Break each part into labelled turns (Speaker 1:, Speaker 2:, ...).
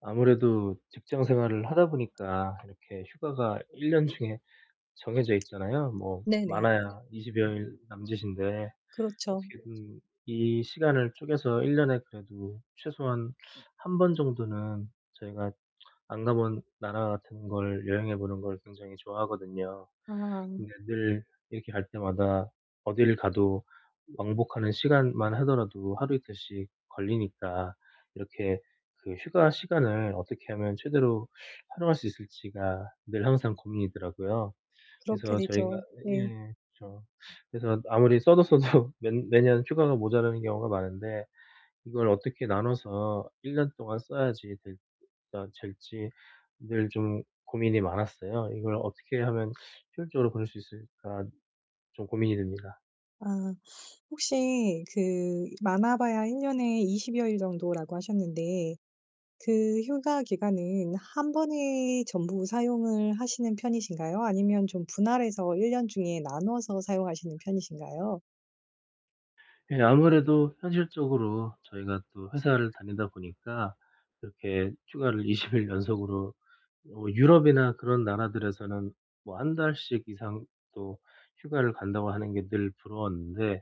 Speaker 1: 아무래도 직장 생활을 하다 보니까 이렇게 휴가가 1년 중에 정해져 있잖아요. 뭐
Speaker 2: 네네.
Speaker 1: 많아야 20 여일 남짓인데
Speaker 2: 그렇죠.
Speaker 1: 어떻게든 이 시간을 쪼개서 1 년에 그래도 최소한 한번 정도는 저희가 안 가본 나라 같은 걸 여행해 보는 걸 굉장히 좋아하거든요.
Speaker 2: 아
Speaker 1: 근데 늘 이렇게 갈 때마다 어딜 가도 왕복하는 시간만 하더라도 하루 이틀씩 걸리니까 이렇게 그 휴가 시간을 어떻게 하면 최대로 활용할 수 있을지가 늘 항상 고민이더라고요.
Speaker 2: 그렇게
Speaker 1: 그래서 저희가,
Speaker 2: 되죠. 네.
Speaker 1: 예 그쵸. 그래서 아무리 써도 써도 매 매년 휴가가 모자라는 경우가 많은데 이걸 어떻게 나눠서 1년 동안 써야지 될까 될지 늘 좀 고민이 많았어요. '이걸 어떻게 하면 효율적으로 보낼 수 있을까.' 좀 고민이 됩니다.
Speaker 2: 아 혹시 그 많아 봐야 일 년에 이십 여일 정도라고 하셨는데 그 휴가 기간은 한 번에 전부 사용을 하시는 편이신가요? 아니면 좀 분할해서 일년 중에 나눠서 사용하시는 편이신가요?
Speaker 1: 예, 아무래도 현실적으로 저희가 또 회사를 다니다 보니까 이렇게 휴가를 20일 연속으로 유럽이나 그런 나라들에서는 뭐 한 달씩 이상 또 휴가를 간다고 하는 게 늘 부러웠는데,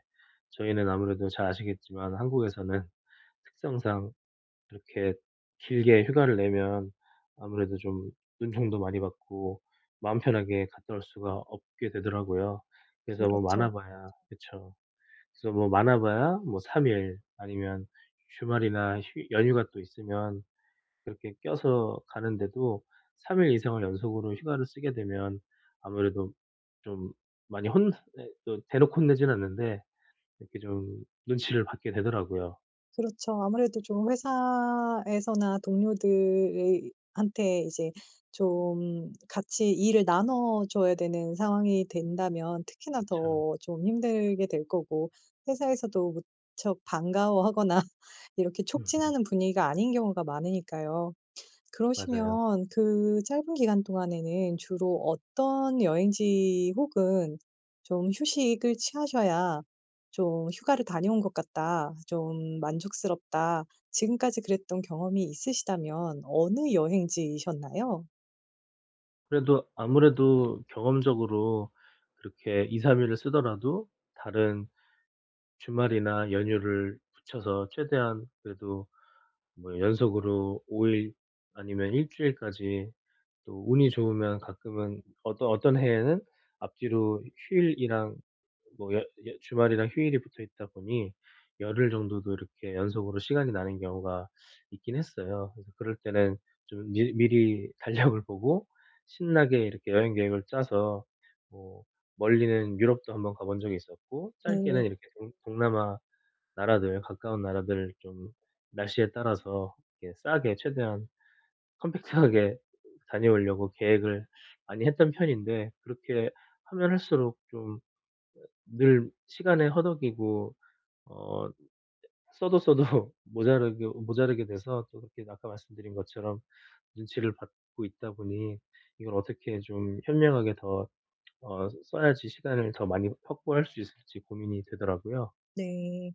Speaker 1: 저희는 아무래도 잘 아시겠지만 한국에서는 특성상 이렇게 길게 휴가를 내면 아무래도 좀 눈총도 많이 받고 마음 편하게 갔다 올 수가 없게 되더라고요. 그래서 뭐
Speaker 2: 그렇죠.
Speaker 1: 많아 봐야, 그쵸. 그래서 뭐 많아 봐야 뭐 3일 아니면 주말이나 휴 연휴가 또 있으면 그렇게 껴서 가는데도 3일 이상을 연속으로 휴가를 쓰게 되면 아무래도 좀 많이 또 대놓고 혼내진 않는데 이렇게 좀 눈치를 받게 되더라고요.
Speaker 2: 그렇죠. 아무래도 좀 회사에서나 동료들 한테 이제 좀 같이 일을 나눠 줘야 되는 상황이 된다면 특히나
Speaker 1: 그렇
Speaker 2: 더 좀 힘들게 될 거고 회사에서도 무척 반가워하거나 이렇게
Speaker 1: 음.
Speaker 2: 촉진하는 분위기가 아닌 경우가 많으니까요.
Speaker 1: 맞아요.
Speaker 2: 그러시면 그 짧은 기간 동안에는 주로 어떤 여행지 혹은 좀 휴식을 취하셔야 좀 '휴가를 다녀온 것 같다. 좀 만족스럽다.' 지금까지 그랬던 경험이 있으시다면 어느 여행지이셨나요?
Speaker 1: 그래도 아무래도 경험적으로 그렇게 2-3 일을 쓰더라도 다른 주말이나 연휴를 붙여서 최대한 그래도 뭐 연속으로 5일 아니면 일 주일까지, 또 운이 좋으면 가끔은 어떤 해에는 앞뒤로 휴일이랑 뭐 여 여 주말이랑 휴일이 붙어 있다 보니 열흘 정도도 이렇게 연속으로 시간이 나는 경우가 있긴 했어요. 그래서 그럴 때는 좀 미 미리 달력을 보고 신나게 이렇게 여행 계획을 짜서 뭐 멀리는 유럽도 한번 가본 적이 있었고, 짧게는
Speaker 2: 네.
Speaker 1: 이렇게 동 동남아 나라들, 가까운 나라들, 좀 날씨에 따라서 이렇게 싸게 최대한 컴팩트하게 다녀오려고 계획을 많이 했던 편인데, 그렇게 하면 할수록 좀 늘 시간에 허덕이고 어 써도 써도 모자르게 모자르게 돼서 또 그렇게 아까 말씀드린 것처럼 눈치를 받고 있다 보니 이걸 어떻게 좀 현명하게 더 써야지 시간을 더 많이 확보할 수 있을지 고민이 되더라고요.
Speaker 2: 네.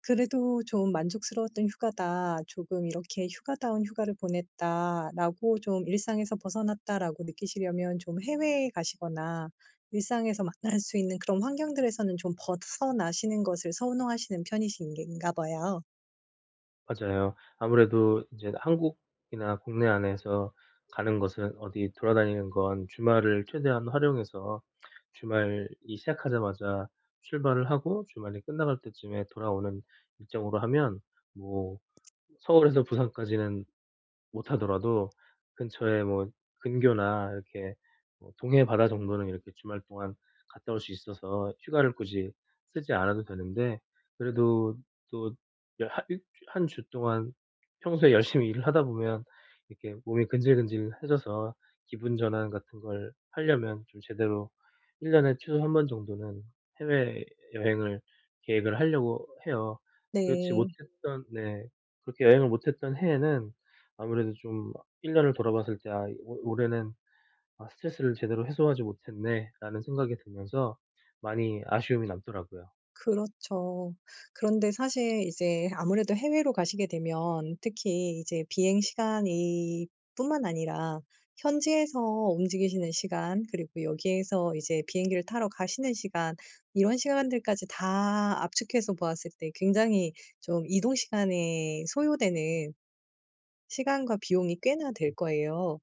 Speaker 2: 그래도 좀 '만족스러웠던 휴가다. 조금 이렇게 휴가다운 휴가를 보냈다.'라고 좀 '일상에서 벗어났다.'라고 느끼시려면 좀 해외에 가시거나 일상에서 만날 수 있는 그런 환경들에서는 좀 벗어나시는 것을 선호하시는 편이신가 봐요.
Speaker 1: 맞아요. 아무래도 이제 한국이나 국내 안에서 가는 것은, 어디 돌아다니는 건 주말을 최대한 활용해서 주말이 시작하자마자 출발을 하고 주말이 끝나갈 때쯤에 돌아오는 일정으로 하면 뭐 서울에서 부산까지는 못하더라도 근처에, 뭐 근교나 이렇게 뭐 동해 바다 정도는 이렇게 주말 동안 갔다 올 수 있어서 휴가를 굳이 쓰지 않아도 되는데, 그래도 또 여 하 일 한 주 동안 평소에 열심히 일을 하다 보면 이렇게 몸이 근질근질해져서 기분 전환 같은 걸 하려면 좀 제대로 1 년에 최소 한 번 정도는 해외여행을 계획을 하려고 해요. 그렇지
Speaker 2: 네.
Speaker 1: 못했던 네. 그렇게 여행을 못했던 해에는 아무래도 좀 1 년을 돌아봤을 때 '아 올 올해는 아 스트레스를 제대로 해소하지 못했네.'라는 생각이 들면서 많이 아쉬움이 남더라고요.
Speaker 2: 그렇죠. 그런데 사실 이제 아무래도 해외로 가시게 되면 특히 이제 비행 시간이 뿐만 아니라 현지에서 움직이시는 시간 그리고 여기에서 이제 비행기를 타러 가시는 시간 이런 시간들까지 다 압축해서 보았을 때 굉장히 좀 이동 시간에 소요되는 시간과 비용이 꽤나 될 거예요.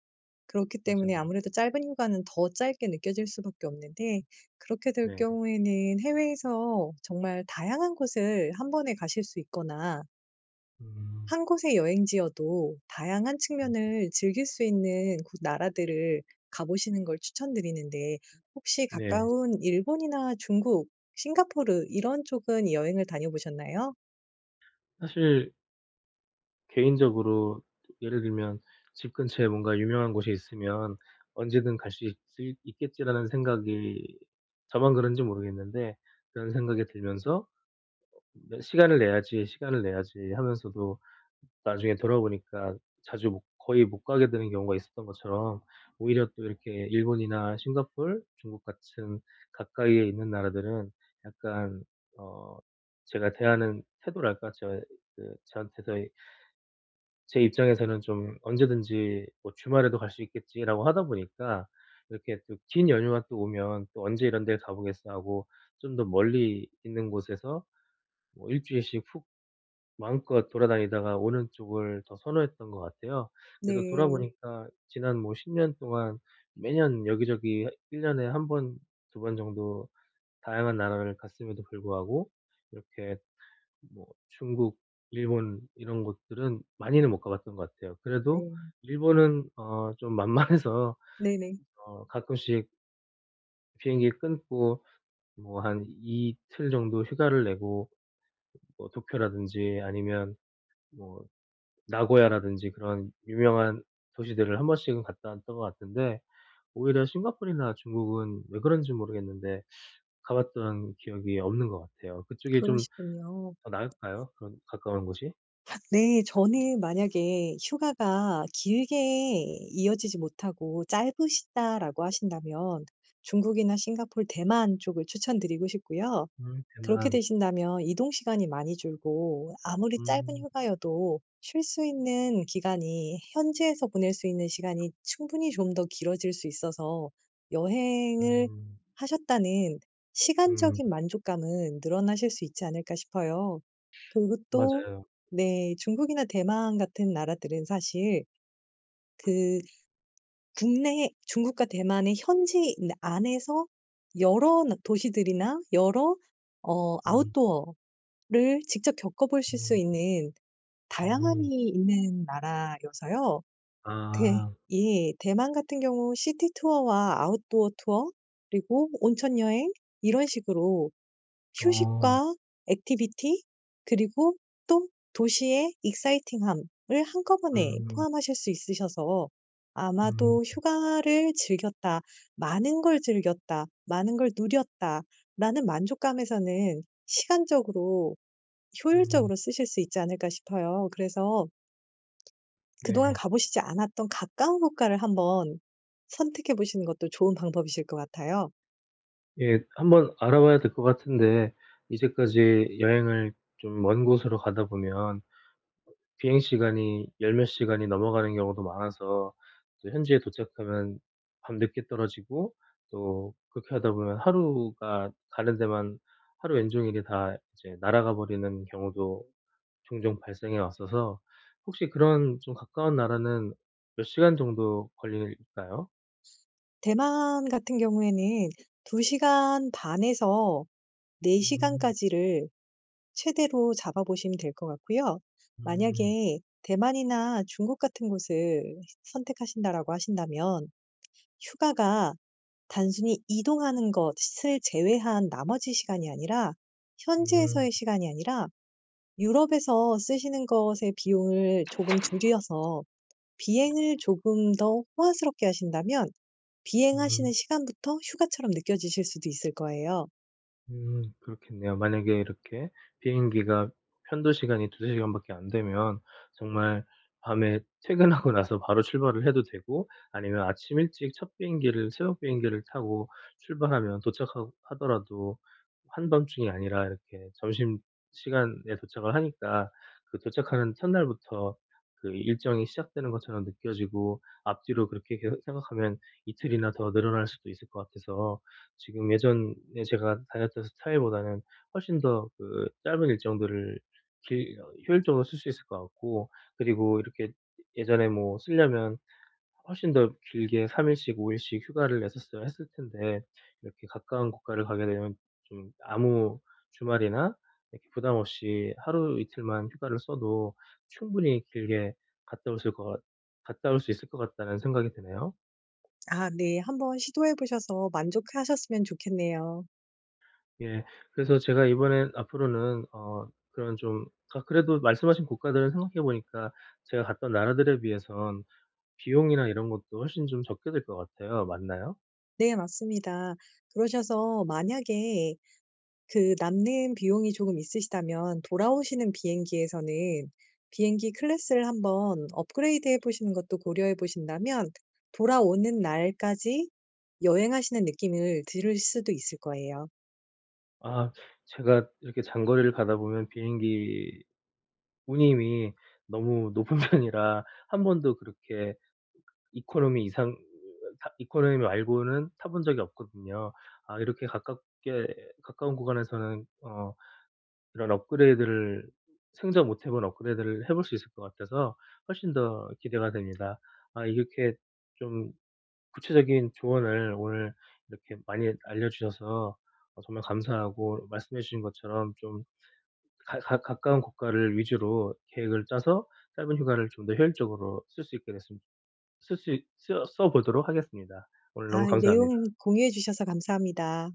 Speaker 2: 그렇기 때문에
Speaker 1: 맞아요.
Speaker 2: 아무래도 짧은 휴가는 더 짧게 느껴질 수밖에 없는데 그렇게 될
Speaker 1: 네.
Speaker 2: 경우에는 해외에서 정말 다양한 곳을 한 번에 가실 수 있거나
Speaker 1: 음.
Speaker 2: 한 곳의 여행지여도 다양한 측면을 즐길 수 있는 그 나라들을 가 보시는 걸 추천드리는데 혹시
Speaker 1: 네.
Speaker 2: 가까운 일본이나 중국, 싱가포르 이런 쪽은 여행을 다녀보셨나요?
Speaker 1: 사실 개인적으로 예를 들면 집 근처에 뭔가 유명한 곳이 있으면 '언제든 갈 수 있을 있겠지.'라는 생각이, 저만 그런지 모르겠는데 그런 생각이 들면서, 네, '시간을 내야지, 시간을 내야지.' 하면서도 나중에 돌아보니까 자주 못 거의 못 가게 되는 경우가 있었던 것처럼, 오히려 또 이렇게 일본이나 싱가포르, 중국 같은 가까이에 있는 나라들은 약간 어 제가 대하는 태도랄까? 제 그 저한테서 제 입장에서는 좀 '언제든지 뭐 주말에도 갈 수 있겠지.'라고 하다 보니까 이렇게 또 긴 연휴가 또 오면 '또 언제 이런 데를 가보겠어.' 하고 좀 더 멀리 있는 곳에서 뭐 주일씩 푹 마음껏 돌아다니다가 오는 쪽을 더 선호했던 것 같아요. 그래서, 네,
Speaker 2: 네.
Speaker 1: 돌아보니까 지난 뭐 10년 동안 매년 여기저기 1 년에 한 번, 두 번 정도 다양한 나라를 갔음에도 불구하고 이렇게 뭐 중국, 일본 이런 곳들은 많이는 못 가봤던 것 같아요. 그래도
Speaker 2: 네.
Speaker 1: 일본은 좀 만만해서
Speaker 2: 네네.
Speaker 1: 가끔씩 비행기 끊고 뭐 한 이틀 정도 휴가를 내고 뭐 도쿄라든지 아니면 뭐 나고야라든지 그런 유명한 도시들을 한 번씩은 갔다 왔던 것 같은데, 오히려 싱가포르나 중국은 왜 그런지 모르겠는데 가 봤던 기억이 없는 것 같아요. 그쪽이 좀
Speaker 2: 그러시군요.
Speaker 1: 더 나을까요? 그런 가까운 곳이?
Speaker 2: 네. 저는 만약에 휴가가 길게 이어지지 못하고 짧으시다라고 하신다면 중국이나 싱가포르, 대만 쪽을 추천드리고 싶고요. 그렇게
Speaker 1: 대만.
Speaker 2: 되신다면 이동 시간이 많이 줄고 아무리 짧은
Speaker 1: 음.
Speaker 2: 휴가여도 쉴 수 있는 기간이 현지에서 보낼 수 있는 시간이 충분히 좀 더 길어질 수 있어서 여행을
Speaker 1: 음.
Speaker 2: 하셨다는
Speaker 1: 음.
Speaker 2: 시간적인 만족감은 늘어나실 수 있지 않을까 싶어요. 그리고 또
Speaker 1: 맞아요.
Speaker 2: 네, 중국이나 대만 같은 나라들은 사실 그 국내 중국과 대만의 현지 안에서 여러 도시들이나 여러
Speaker 1: 음.
Speaker 2: 아웃도어 를 직접 겪어보실 수
Speaker 1: 음.
Speaker 2: 있는 다양함이
Speaker 1: 음.
Speaker 2: 있는 나라여서요. 대
Speaker 1: 아.
Speaker 2: 예. 대만 같은 경우 시티 투어와 아웃도어 투어 그리고 온천 여행 이런 식으로
Speaker 1: 어.
Speaker 2: 휴식과 액티비티 그리고 또 도시의 익사이팅함을 한꺼번에
Speaker 1: 음.
Speaker 2: 포함하실 수 있으셔서
Speaker 1: 음.
Speaker 2: 아마도 '휴가를 즐겼다. 많은 걸 즐겼다. 많은 걸 누렸다.'라는 만족감에서는 시간적으로
Speaker 1: 음.
Speaker 2: 효율적으로 쓰실 수 있지 않을까 싶어요. 그래서 그동안
Speaker 1: 네.
Speaker 2: 가 보시지 않았던 가까운 국가를 한번 선택해 보시는 것도 좋은 방법이실 것 같아요.
Speaker 1: 예. 한번 알아봐야 될 것 같은데 이제까지 여행을 좀 먼 곳으로 가다 보면 비행 시간이 열 몇 시간이 넘어가는 경우도 많아서 또 현지에 도착하면 밤늦게 떨어지고, 또 그렇게 하다 보면 하루가 가는 데만 하루 온종일이 다 이제 날아가 버리는 경우도 종종 발생해 왔어서, 혹시 그런 좀 가까운 나라는 몇 시간 정도 걸릴까요?
Speaker 2: 대만 같은 경우에는 2 시간 반에서 4
Speaker 1: 음.
Speaker 2: 시간까지를 최대로 잡아 보시면 될 것 같고요.
Speaker 1: 음.
Speaker 2: 만약에 대만이나 중국 같은 곳을 선택하신다라고 하신다면 휴가가 단순히 이동하는 것을 제외한 나머지 시간이 아니라
Speaker 1: 음.
Speaker 2: 현지에서의 시간이 아니라 유럽에서 쓰시는 것의 비용을 조금 줄여서 비행을 조금 더 호화스럽게 하신다면 비행하시는
Speaker 1: 음.
Speaker 2: 시간부터 휴가처럼 느껴지실 수도 있을 거예요.
Speaker 1: 그렇겠네요. 만약에 이렇게 비행기가 편도 시간이 두세 시간 밖에 안 되면 정말 밤에 퇴근하고 나서 바로 출발을 해도 되고, 아니면 아침 일찍 첫 비행기를, 새벽 비행기를 타고 출발하면 도착하 하더라도 한밤중이 아니라 이렇게 점심시간에 도착을 하니까 그 도착하는 첫날부터 그 일정이 시작되는 것처럼 느껴지고 앞뒤로 그렇게 계속 생각하면 이틀이나 더 늘어날 수도 있을 것 같아서 지금 예전에 제가 다녔던 스타일보다는 훨씬 더 그 짧은 일정들을 길 어 효율적으로 쓸 수 있을 것 같고, 그리고 이렇게 예전에 뭐 쓰려면 훨씬 더 길게 3 일씩 5 일씩 휴가를 냈었어야 했을 텐데, 이렇게 가까운 국가를 가게 되면 좀 아무 주말이나 이렇게 부담 없이 하루 이틀만 휴가를 써도 충분히 길게 갔다 오실 것 갔다 올 수 있을 것 같다는 생각이 드네요.
Speaker 2: 아 네. 한번 시도해 보셔서 만족하셨으면 좋겠네요.
Speaker 1: 예. 그래서 제가 이번엔 앞으로는 그런 좀, 아 그래도 말씀하신 국가들은 생각해 보니까 제가 갔던 나라들에 비해선 비용이나 이런 것도 훨씬 좀 적게 들 것 같아요. 맞나요?
Speaker 2: 네 맞습니다. 그러셔서 만약에 그 남는 비용이 조금 있으시다면 돌아오시는 비행기에서는 비행기 클래스를 한번 업그레이드해 보시는 것도 고려해 보신다면 돌아오는 날까지 여행하시는 느낌을 들을 수도 있을 거예요.
Speaker 1: 아, 제가 이렇게 장거리를 가다 보면 비행기 운임이 너무 높은 편이라 한 번도 그렇게 이코노미 이상 타 이코노미 말고는 타본 적이 없거든요. 아, 이렇게 가깝게 가까운 구간에서는 이런 업그레이드를 생전 못 해본 업그레이드를 해볼 수 있을 것 같아서 훨씬 더 기대가 됩니다. 아, 이렇게 좀 구체적인 조언을 오늘 이렇게 많이 알려주셔서 정말 감사하고, 말씀해 주신 것처럼 좀 가 가 가까운 국가를 위주로 계획을 짜서 짧은 휴가를 좀 더 효율적으로 쓸 수 있게 됐으면 쓸수써 보도록 하겠습니다. 오늘 너무
Speaker 2: 아,
Speaker 1: 감사합니
Speaker 2: 내용
Speaker 1: 다.
Speaker 2: 공유해 주셔서 감사합니다.